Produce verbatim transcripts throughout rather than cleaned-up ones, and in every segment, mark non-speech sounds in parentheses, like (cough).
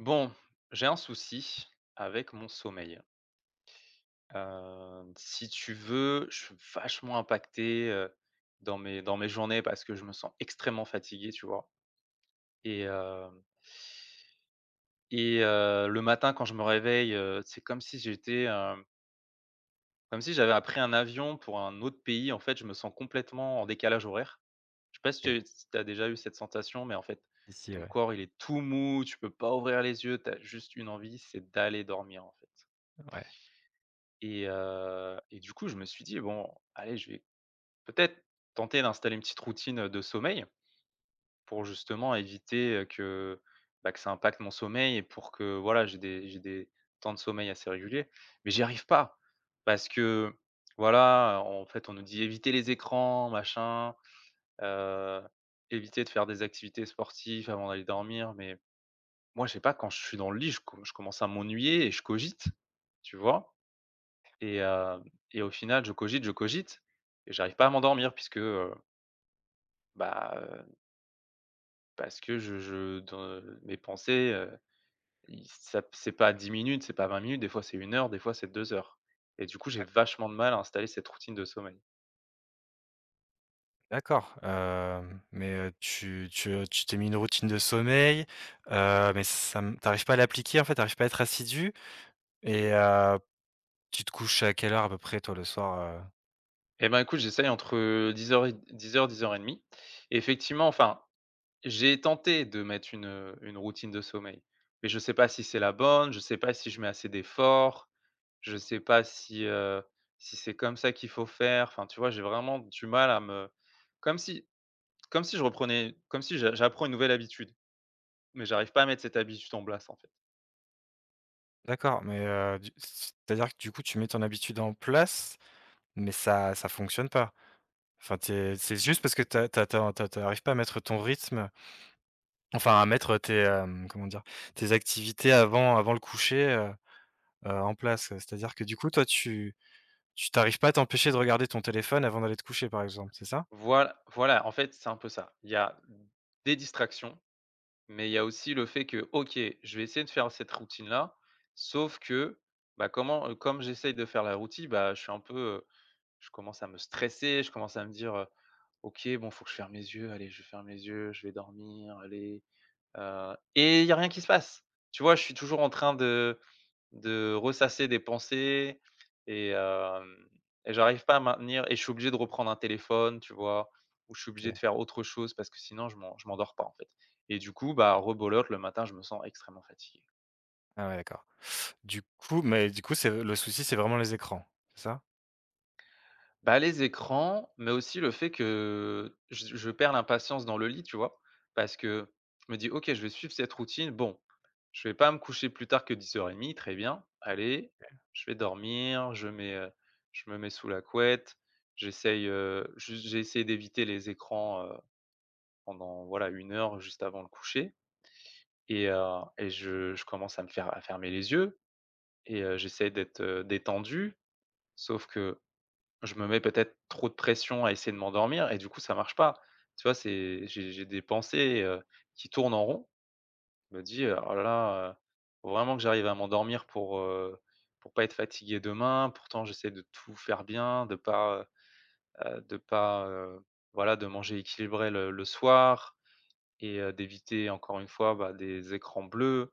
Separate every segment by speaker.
Speaker 1: Bon, j'ai un souci avec mon sommeil. Heu, si tu veux, je suis vachement impacté, heu, dans mes dans mes journées parce que je me sens extrêmement fatigué, tu vois? Et hem et heu, Le matin quand je me réveille, heu, c'est comme si j'étais, hem, comme si j'avais pris un avion pour un autre pays. En fait, je me sens complètement en décalage horaire. Je sais pas si
Speaker 2: OK.
Speaker 1: tu si tu as déjà eu cette sensation, mais en fait,
Speaker 2: Si, si,
Speaker 1: ton
Speaker 2: ouais.
Speaker 1: corps, il est tout mou, tu peux pas ouvrir les yeux, tu as juste une envie, c'est d'aller dormir, en fait.
Speaker 2: Ouais.
Speaker 1: Et heu et du coup, je me suis dit: «Bon, allez, je vais peut-être tenter d'installer une petite routine, de sommeil pour justement éviter, heu, que, bah, que ça impacte mon sommeil et pour que, voilà, j'ai des j'ai des temps de sommeil assez réguliers». Mais j'y arrive pas parce que, voilà, en fait, on nous dit: «Éviter les écrans, machin, heu, éviter de faire des activités sportives avant d'aller dormir». Mais moi, je sais pas, quand je suis dans le lit, je com je commence à m'ennuyer et je cogite, tu vois? Et heu et au final, je cogite, je cogite et j'arrive pas à m'endormir puisque, heu, bah, heu, parce que je je dans mes pensées, heu, i ça c'est pas dix minutes, c'est pas vingt minutes, des fois c'est une heure, des fois c'est deux heures et du coup, j'ai vachement de mal à installer cette routine de sommeil.
Speaker 2: D'accord, hem, mais, heu, tu tu, heu, tu t'es mis une routine de sommeil, heu, mais ça m tu arrives pas à l'appliquer, en fait, tu arrives pas à être assidu et heu, tu te couches à quelle heure à peu près toi le soir, heu?
Speaker 1: Et ben, écoute, j'essaye entre dix heures, dix heures dix heures et dix heures, et dix heures trente. Effectivement, enfin. J'ai tenté de mettre une, une routine de sommeil, mais je sais pas si c'est la bonne, je sais pas si je mets assez d'efforts, je sais pas si, heu, si c'est comme ça qu'il faut faire. Enfin, tu vois, j'ai vraiment du mal à me. Comme si comme si je reprenais comme si j'a j'apprends une nouvelle habitude, mais j'arrive pas à mettre cette habitude en place, en fait.
Speaker 2: D'accord, mais, heu, du c'est-à-dire que du coup tu mets ton habitude en place, mais ça ça fonctionne pas? Enfin tu c'est juste
Speaker 1: Mmh.
Speaker 2: parce que tu as tu as tu as pas à mettre ton rythme, enfin à mettre tes, hem, comment dire? Tes activités avant avant le coucher, heu heu, en place, c'est-à-dire que du coup toi tu tu t'arrives pas à t'empêcher de regarder ton téléphone avant d'aller te coucher, par exemple, c'est ça?
Speaker 1: Voil voilà, en fait, c'est un peu ça. Il y a des distractions. Mais il y a aussi le fait que, OK, je vais essayer de faire cette routine-là, sauf que, bah, comment, heu, comme j'essaye de faire la routine, bah, je suis un peu, heu, je commence à me stresser, je commence à me dire, heu: «OK, bon, faut que je ferme les yeux, allez, je ferme les yeux, je vais dormir, allez», heu et il y a rien qui se passe. Tu vois? Je suis toujours en train de de ressasser des pensées et hem et j'arrive pas à maintenir et je suis obligé de reprendre un téléphone, tu vois? Ou je suis obligé
Speaker 2: OK.
Speaker 1: de faire autre chose parce que sinon je m'en je m'endors pas, en fait, et du coup, bah, rebelote, le matin, je me sens extrêmement fatigué.
Speaker 2: Ah ouais, d'accord. Du coup mais du coup, c'est le souci, c'est vraiment les écrans, c'est ça?
Speaker 1: Bah, les écrans, mais aussi le fait que je je perds l'impatience dans le lit, tu vois? Parce que je me dis: «OK, je vais suivre cette routine. Bon, je vais pas me coucher plus tard que vingt-deux heures trente, très bien. Allez, je vais dormir, je mets, heu, je me mets sous la couette, j'essaye, heu, je j'ai essayé d'éviter les écrans, heu, pendant voilà une heure juste avant le coucher, et heu et je je commence à me faire à fermer les yeux et heu, j'essaie d'être, heu, détendu, sauf que je me mets peut-être trop de pression à essayer de m'endormir et du coup, ça marche pas. Tu vois, c'est j'ai j'ai des pensées, heu, qui tournent en rond. Je me dis: «Oh là là, heu, faut vraiment que j'arrive à m'endormir pour, heu, pour pas être fatigué demain». Pourtant, j'essaie de tout faire bien, de pas, heu, de pas, heu, voilà, de manger équilibré le le soir et heu, d'éviter encore une fois, bah, des écrans bleus.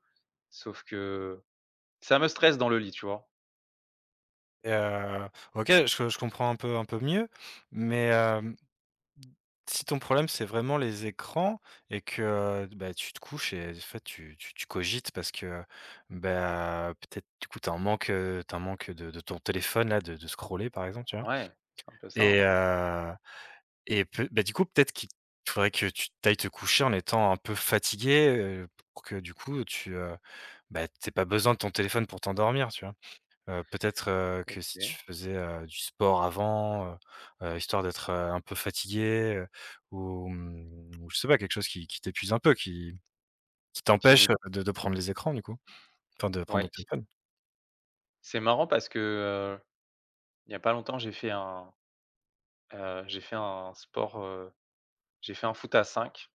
Speaker 1: Sauf que ça me stresse dans le lit, tu vois?
Speaker 2: Et heu, OK, je je comprends un peu un peu mieux, mais hem si ton problème, c'est vraiment les écrans et que, bah, tu te couches et en fait tu tu tu cogites parce que, bah, peut-être du coup tu as un manque, heu, tu un manque de de ton téléphone là, de de scroller par exemple, tu vois?
Speaker 1: Ouais, c'est un peu ça,
Speaker 2: Et
Speaker 1: hein.
Speaker 2: heu et peut bah, du coup peut-être qu'il faudrait que tu ailles te coucher en étant un peu fatigué, heu, pour que du coup tu, heu, bah, pas besoin de ton téléphone pour t'endormir, tu vois? Heu, peut-être, heu, que si tu
Speaker 1: OK.
Speaker 2: faisais, heu, du sport avant, heu heu, histoire d'être, heu, un peu fatigué, heu, ou mmh, ou je sais pas quelque chose qui qui t'épuise un peu, qui qui
Speaker 1: Qui
Speaker 2: t'empêche, euh,
Speaker 1: m'é
Speaker 2: de de prendre les écrans du coup? Enfin de prendre
Speaker 1: Ouais.
Speaker 2: ton téléphone?
Speaker 1: C'est marrant parce que, heu, il y a pas longtemps, j'ai fait un, heu, j'ai fait un sport, heu, j'ai fait un foot à cinq,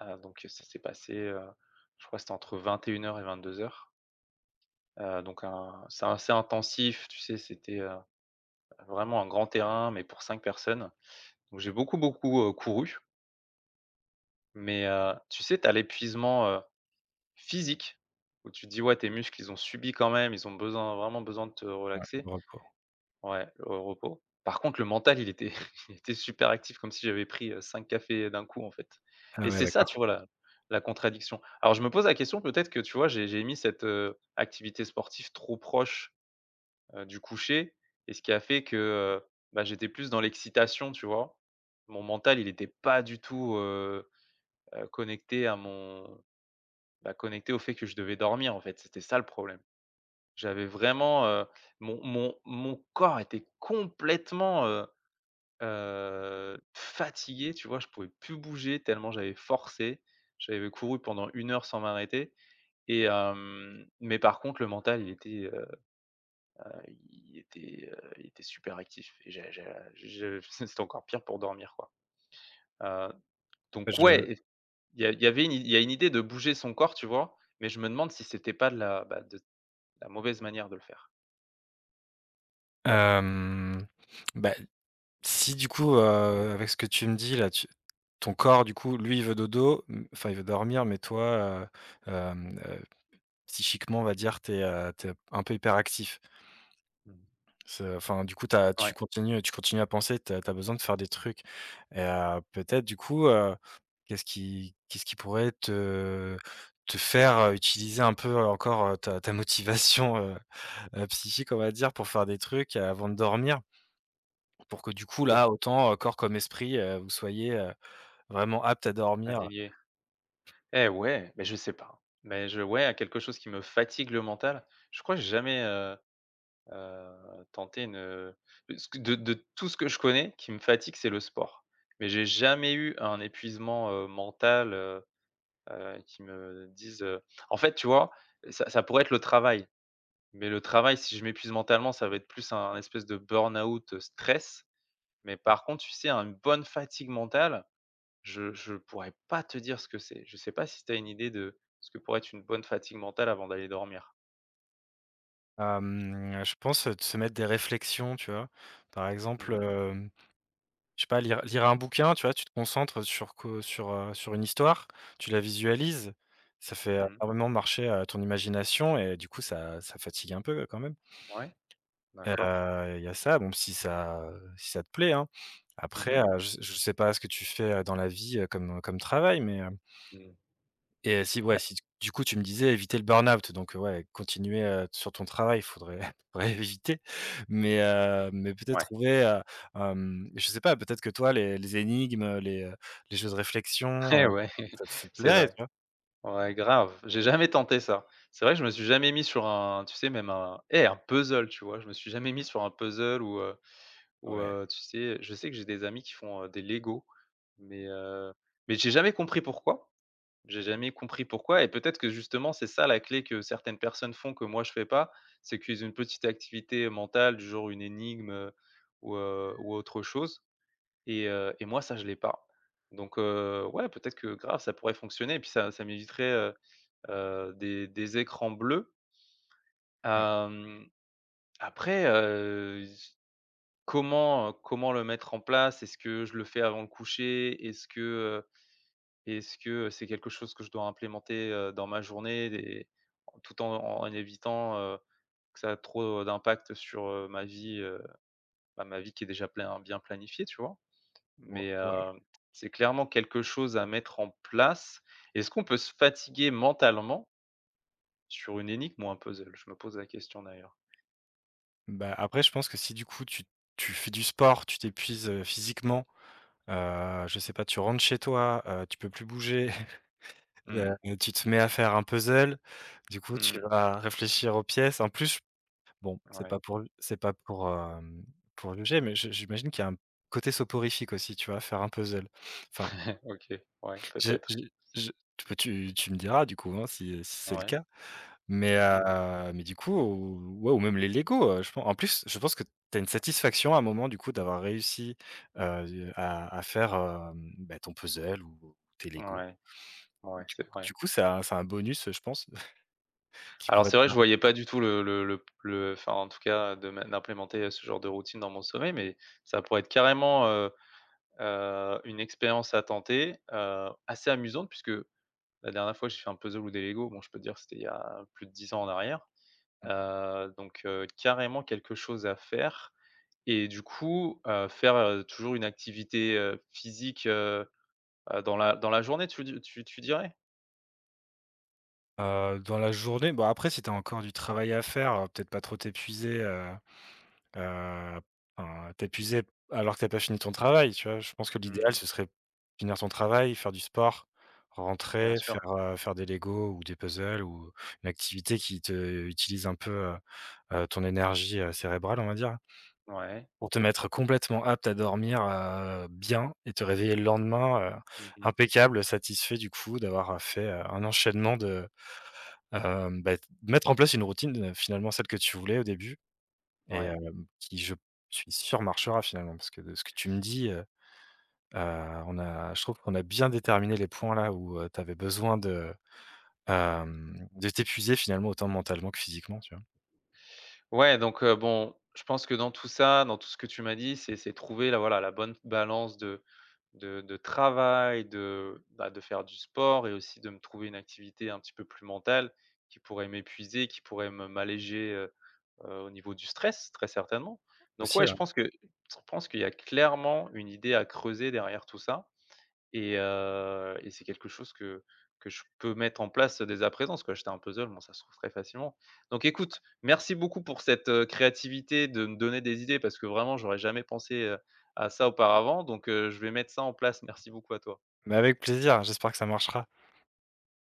Speaker 1: heu, donc, heu, ça s'est passé, heu, je crois que c'était entre vingt et une heures et vingt-deux heures, heu, donc un c'est assez intensif, tu sais? C'était, heu, vraiment un grand terrain, mais pour cinq personnes, donc j'ai beaucoup, beaucoup, heu, couru, mais, heu, tu sais? Tu as l'épuisement, heu, physique, où tu te dis: «Ouais, tes muscles, ils ont subi quand même, ils ont besoin, vraiment besoin de te relaxer».
Speaker 2: Pour- pour-
Speaker 1: Ouais, au repos. Par contre, le mental, il était (laughs) il était super actif comme si j'avais pris, heu, 5 cafés d'un coup, en fait.
Speaker 2: Ah
Speaker 1: Et
Speaker 2: ouais,
Speaker 1: c'est ça,
Speaker 2: d'accord.
Speaker 1: tu vois, la la contradiction. Alors je me pose la question, peut-être que, tu vois, j'ai j'ai mis cette, heu, activité sportive trop proche, heu, du coucher et ce qui a fait que, heu, bah, j'étais plus dans l'excitation, tu vois? Mon mental, il était pas du tout, heu heu, connecté à mon bah, connecté au fait que je devais dormir, en fait. C'était ça le problème. J'avais vraiment, heu, mon mon mon corps était complètement, heu Heu, fatigué, tu vois? Je pouvais plus bouger tellement j'avais forcé. J'avais couru pendant une heure sans m'arrêter et hem, mais par contre le mental il était, heu, il était, heu, il était super actif et j'a j'a je (laughs) c'était encore pire pour dormir, quoi. Heu, donc
Speaker 2: Je
Speaker 1: ouais, eff il y a il y avait une il y a une idée de bouger son corps, tu vois? Mais je me demande si c'était pas de la, bah, de la, mauvaise manière de le faire.
Speaker 2: hem, bah, si du coup, heu, avec ce que tu me dis là, tu ton corps du coup, lui il veut dodo, mmh, enfin il veut dormir mais toi, heu, hem, heu, psychiquement on va dire, t'es es, heu, un peu hyperactif.
Speaker 1: Mmh.
Speaker 2: C'est euh, enfin, du coup, tu tu
Speaker 1: Ouais,
Speaker 2: continues tu continues à penser, tu as besoin de faire des trucs et heu, peut-être du coup, heu, qu'est-ce qui qu'est-ce qui pourrait te te faire, heu, utiliser un peu encore, heu, ta ta motivation, heu heu, (laughs) psychique, on va dire, pour faire des trucs, heu, avant de dormir? Pour que du coup,
Speaker 1: bon.
Speaker 2: là, autant, heu, corps comme esprit, heu, vous soyez, heu, vraiment apte à dormir,
Speaker 1: Elle Eh ouais, mais je sais pas, hein. Mais je ouais, à quelque chose qui me fatigue le mental. Je crois que j'ai jamais, heu heu, tenté une, ce que de de tout ce que je connais qui me fatigue, c'est le sport. Mais j'ai jamais eu un épuisement, heu, mental, heu heu, qui me dise, heu en fait, tu vois, ça ça pourrait être le travail. Mais le travail, si je m'épuise mentalement, ça va être plus un espèce de burn-out, heu, stress. Mais
Speaker 2: ouais.
Speaker 1: par contre, tu sais, une bonne fatigue mentale, je je pourrais pas te dire ce que c'est. Je sais pas si tu as une idée de ce que pourrait être une bonne fatigue mentale avant d'aller dormir?
Speaker 2: Hem, je pense, heu, de se mettre des réflexions, tu vois? Par
Speaker 1: Mmh
Speaker 2: exemple,
Speaker 1: mh.
Speaker 2: je sais pas, lire lire un bouquin, tu vois, tu te concentres sur que sur, heu, sur une histoire, tu la visualises, ça
Speaker 1: Mmh
Speaker 2: fait, heu,
Speaker 1: mh.
Speaker 2: énormément marcher, heu, ton imagination et du coup ça ça fatigue un peu euh, quand même.
Speaker 1: Ouais, d'accord.
Speaker 2: Heu, il y a ça, bon si ça si ça te plaît, hein.
Speaker 1: Mmh
Speaker 2: Après,
Speaker 1: mh.
Speaker 2: heu, je sais je sais pas ce que tu fais, heu, dans la vie, heu, comme, comme travail mais euh,
Speaker 1: Mmh.
Speaker 2: et heu, si ouais,
Speaker 1: Ouais,
Speaker 2: si du coup tu me disais éviter le burn-out donc euh, ouais, continuer, heu, sur ton travail, il faudrait (laughs) faudrait éviter. Mais heu, mais peut-être
Speaker 1: ouais.
Speaker 2: trouver, heu, hem, je sais pas, peut-être que toi les les énigmes, les, heu, les jeux de réflexion,
Speaker 1: Eh
Speaker 2: heu,
Speaker 1: ouais,
Speaker 2: ça te ça
Speaker 1: (laughs)
Speaker 2: te
Speaker 1: c'est
Speaker 2: plairait, tu
Speaker 1: vrai.
Speaker 2: vois?
Speaker 1: Ouais, grave. J'ai jamais tenté ça. C'est vrai que je me suis jamais mis sur un tu sais même un eh, un puzzle, tu vois? Je me suis jamais mis sur un puzzle ou, heu ou,
Speaker 2: Ouais,
Speaker 1: heu, tu sais, je sais que j'ai des amis qui font, heu, des Lego, mais, heu, mais j'ai jamais compris pourquoi. J'ai jamais compris pourquoi et peut-être que justement, c'est ça la clé que certaines personnes font que moi je fais pas. C'est qu'ils ont une petite activité mentale du genre une énigme, heu, ou, heu, ou autre chose et heu et moi ça je l'ai pas. Donc heu, ouais, peut-être que grave ça pourrait fonctionner et puis ça ça m'éviterait, heu heu, des des écrans bleus.
Speaker 2: ouais,
Speaker 1: Hem, Après, heu, j comment, comment le mettre en place? Est-ce que je le fais avant le coucher? Est-ce que, Est-ce que c'est quelque chose que je dois implémenter, heu, dans ma journée, des tout en en évitant, heu, que ça a trop d'impact sur, heu, ma vie, heu, bah, ma vie qui est déjà plein bien planifiée, tu vois?
Speaker 2: moi
Speaker 1: Mais,
Speaker 2: ouais.
Speaker 1: heu, c'est clairement quelque chose à mettre en place. Est-ce qu'on peut se fatiguer mentalement sur une énigme ou un puzzle? Je me pose la question d'ailleurs.
Speaker 2: Bah, après je pense que si du coup tu tu fais du sport, tu t'épuises, heu, physiquement, heu, je sais pas, tu rentres chez toi, heu, tu peux plus bouger, (laughs) heu,
Speaker 1: Mmh.
Speaker 2: tu te mets à faire un puzzle, du coup tu
Speaker 1: Mmh.
Speaker 2: vas réfléchir aux pièces. En plus bon, c'est
Speaker 1: Ouais.
Speaker 2: pas pour c'est pas pour, hem, pour juger, mais je j'imagine qu'il y a un côté soporifique aussi, tu vois? Faire un puzzle. Enfin,
Speaker 1: (laughs) OK. Ouais,
Speaker 2: j'ai
Speaker 1: peut-être.
Speaker 2: j'ai je tu peux- tu tu me diras du coup, hein, si si c'est le
Speaker 1: Ouais.
Speaker 2: cas, mais
Speaker 1: Mmh.
Speaker 2: heu, mais du coup, ou- ouais ou même les Lego, heu, je pen en plus, je pense que tu as une satisfaction à un moment du coup d'avoir réussi, heu, à à faire, hem, bah, ton puzzle ou tes Lego.
Speaker 1: Ouais. Ouais,
Speaker 2: Du
Speaker 1: c'est vrai.
Speaker 2: du coup, ça a c'est un bonus, je pense, (laughs) qui
Speaker 1: Alors
Speaker 2: pourrait te
Speaker 1: c'est vrai, je voyais pas du tout le le le le enfin en tout cas de ma d'implémenter, ce genre de routine dans mon sommeil, mais ça pourrait être carrément, heu heu, une expérience à tenter, heu, assez amusante puisque la dernière fois j'ai fait un puzzle ou des Lego, bon je peux te dire que c'était il y a plus de dix ans en arrière, heu, donc heu, carrément quelque chose à faire et du coup, heu, faire, heu, toujours une activité, heu, physique, heu heu, dans la dans la journée, tu di tu tu dirais?
Speaker 2: Heu, dans la journée, bon après si t'as encore du travail à faire, heu, peut-être pas trop t'épuiser, heu heu, enfin, t'épuiser alors que t'as pas fini ton travail, tu vois? Je pense que l'idéal
Speaker 1: Mmh,
Speaker 2: ce serait finir ton travail, faire du sport,
Speaker 1: bien
Speaker 2: rentrer, faire,
Speaker 1: sûr,
Speaker 2: heu, faire des Lego ou des puzzles ou une activité qui te utilise un peu, heu heu, ton énergie, heu, cérébrale, on va dire,
Speaker 1: ouais.
Speaker 2: pour te mettre complètement apte à dormir, heu, bien et te réveiller le lendemain, heu,
Speaker 1: Mmh
Speaker 2: impeccable, satisfait du coup d'avoir fait, heu, un enchaînement de Hem, bah, mettre en place une routine, heu, finalement celle que tu voulais au début et
Speaker 1: ouais.
Speaker 2: hem, qui je suis sûr marchera finalement parce que de ce que tu me dis, heu, heu, on a je trouve qu'on a bien déterminé les points là où tu avais besoin de, hem, de t'épuiser finalement autant mentalement que physiquement, tu vois?
Speaker 1: Ouais, donc heu, bon, je pense que dans tout ça, dans tout ce que tu m'as dit, c'est c'est trouver la, voilà, la bonne balance de de de travail, de, bah, de faire du sport et aussi de me trouver une activité un petit peu plus mentale qui pourrait m'épuiser, qui pourrait me m'alléger, heu heu, au niveau du stress, très certainement. Donc
Speaker 2: Aussi,
Speaker 1: ouais,
Speaker 2: ouais,
Speaker 1: je pense que je pense qu'il y a clairement une idée à creuser derrière tout ça. Et heu et c'est quelque chose que que je peux mettre en place, dès à présent, parce que qu'acheter un puzzle, bon, ça se trouve très facilement. Donc écoute, merci beaucoup pour cette, heu, créativité de me donner des idées parce que vraiment j'aurais jamais pensé, heu, à ça auparavant. Donc heu, je vais mettre ça en place. Merci beaucoup à toi.
Speaker 2: mais avec plaisir, j'espère que ça marchera.